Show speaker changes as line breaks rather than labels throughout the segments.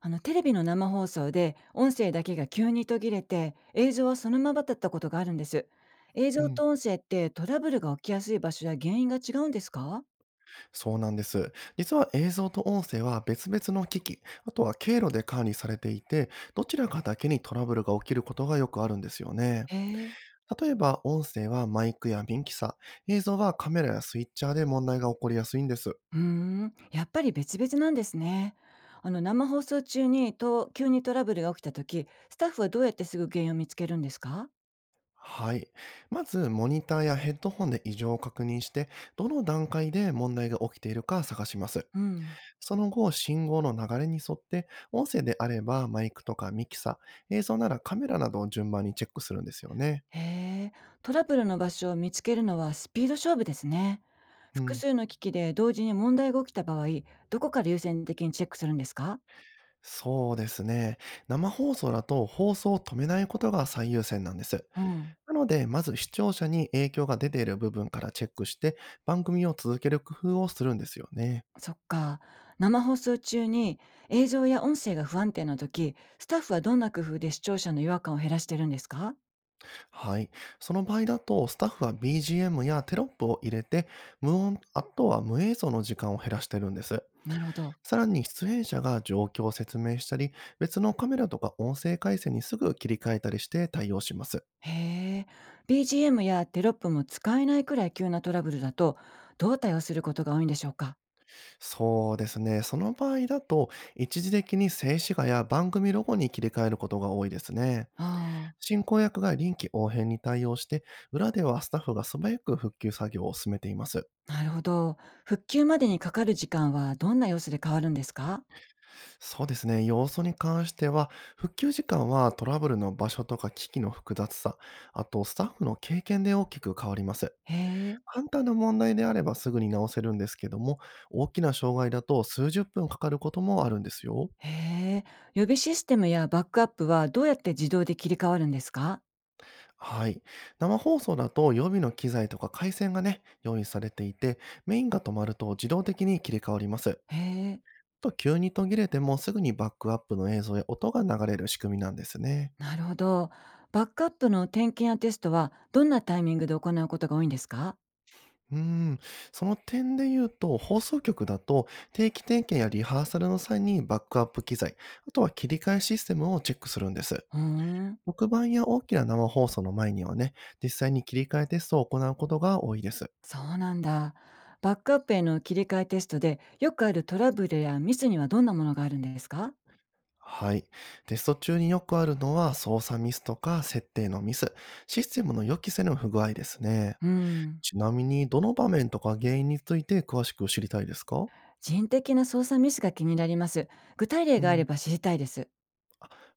テレビの生放送で音声だけが急に途切れて、映像はそのままだったことがあるんです。映
う
像
ん、
と音声ってトラブルが起きやすい場所や原因が違うんですか？
そうなんです。実は映像と音声は別々の機器、あとは経路で管理されていて、どちらかだけにトラブルが起きることがよくあるんですよね。
へえ。
例えば、音声はマイクやミキサー、映像はカメラやスイッチャーで問題が起こりやすいんです。
うーん、やっぱり別々なんですね。生放送中に急にトラブルが起きた時、スタッフはどうやってすぐ原因を見つけるんですか？
はい。まず、モニターやヘッドホンで異常を確認して、どの段階で問題が起きているか探します。
うん。
その後、信号の流れに沿って、音声であればマイクとかミキサー、映像ならカメラなどを順番にチェックするんですよね。
へえ。トラブルの場所を見つけるのはスピード勝負ですね。
う
複
ん、
数の機器で同時に問題が起きた場合、どこから優先的にチェックするんですか？
そうですね。生放送だと放送を止めないことが最優先なんです。
うん、
なので、まず視聴者に影響が出ている部分からチェックして、番組を続ける工夫をするんですよね。
そっか。生放送中に映像や音声が不安定な時、スタッフはどんな工夫で視聴者の違和感を減らしてるんですか？
はい。その場合だと、スタッフは BGM やテロップを入れて、無音、あとは無映像の時間を減らしてるんです。
なるほど。
さらに出演者が状況を説明したり、別のカメラとか音声回線にすぐ切り替えたりして対応します。
へえ。BGM やテロップも使えないくらい急なトラブルだと、どう対応することが多いんでしょうか？
そうですね。その場合だと、一時的に静止画や番組ロゴに切り替えることが多いですね。
あ
進行役が臨機応変に対応して、裏ではスタッフが素早く復旧作業を進めています。
あ、なるほど。復旧までにかかる時間はどんな様子で変わるんですか？
そうですね。要素に関しては、復旧時間はトラブルの場所とか機器の複雑さ、あとスタッフの経験で大きく変わります。
へえ。
簡単な問題であればすぐに直せるんですけども、大きな障害だと数十分かかることもあるんですよ。
へえ。予備システムやバックアップはどうやって自動で切り替わるんですか？
はい。生放送だと予備の機材とか回線がね、用意されていて、メインが止まると自動的に切り替わります。
へえ。
と、急に途切れてもすぐにバックアップの映像や音が流れる仕組みなんですね。
なるほど。バックアップの点検やテストはどんなタイミングで行うことが多いんですか？
うーん。その点で言うと、放送局だと定期点検やリハーサルの際にバックアップ機材、あとは切り替えシステムをチェックするんです。
うーん、
特番や大きな生放送の前にはね、実際に切り替えテストを行うことが多いです。
そうなんだ。バックアップへの切り替えテストでよくあるトラブルやミスにはどんなものがあるんですか？
はい。テスト中によくあるのは操作ミスとか設定のミス、システムの予期せぬ不具合ですね。
うーん、
ちなみに、どの場面とか原因について詳しく知りたいですか？
人的な操作ミスが気になります。具体例
う
があれ
ん。
ば知りたいです。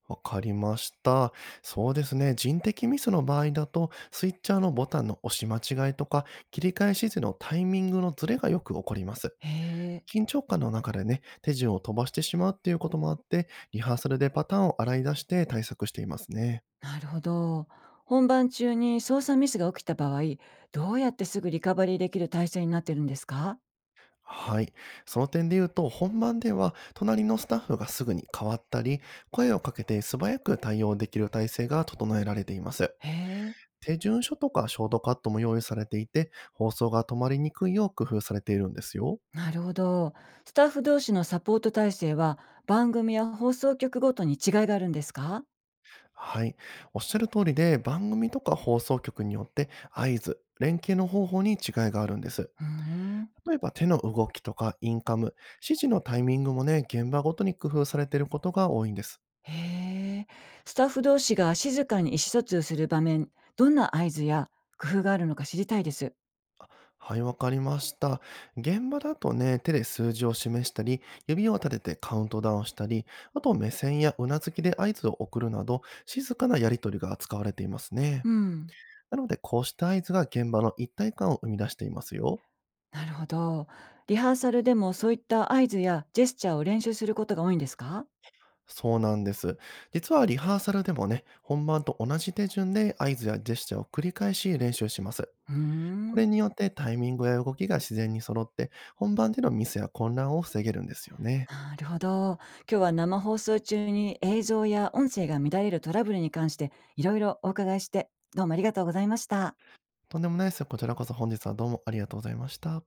わかりました。そうですね。人的ミスの場合だと、スイッチャーのボタンの押し間違いとか、切り替え指示のタイミングのズレがよく起こります。
へえ、
緊張感の中でね、手順を飛ばしてしまうっていうこともあって、リハーサルでパターンを洗い出して対策していますね。
なるほど。本番中に操作ミスが起きた場合、どうやってすぐリカバリーできる体制になってるんですか？
はい。その点で言うと、本番では隣のスタッフがすぐに変わったり、声をかけて素早く対応できる体制が整えられています。
へえ。
手順書とかショートカットも用意されていて、放送が止まりにくいよう工夫されているんですよ。
なるほど。スタッフ同士のサポート体制は番組や放送局ごとに違いがあるんですか？
はい。おっしゃる通りで、番組とか放送局によって合図、連携の方法に違いがあるんです。
うーん。
例えば手の動きとかインカム、指示のタイミングもね、現場ごとに工夫されていることが多いんです。
へえ。スタッフ同士が静かに意思疎通する場面、どんな合図や工夫があるのか知りたいです。
はい、わかりました。現場だとね、手で数字を示したり、指を立ててカウントダウンしたり、あと目線やうなずきで合図を送るなど、静かなやりとりが使われていますね。
うん。
なので、こうした合図が現場の一体感を生み出していますよ。
なるほど。リハーサルでもそういった合図やジェスチャーを練習することが多いんですか？
そうなんです。実はリハーサルでもね、本番と同じ手順で合図やジェスチャーを繰り返し練習します。
うー
こ
ん。
れによってタイミングや動きが自然に揃って、本番でのミスや混乱を防げるんですよね。
なるほど。今日は生放送中に映像や音声が乱れるトラブルに関していろいろお伺いして、どうもありがとうございました。
とんでもないです。こちらこそ本日はどうもありがとうございました。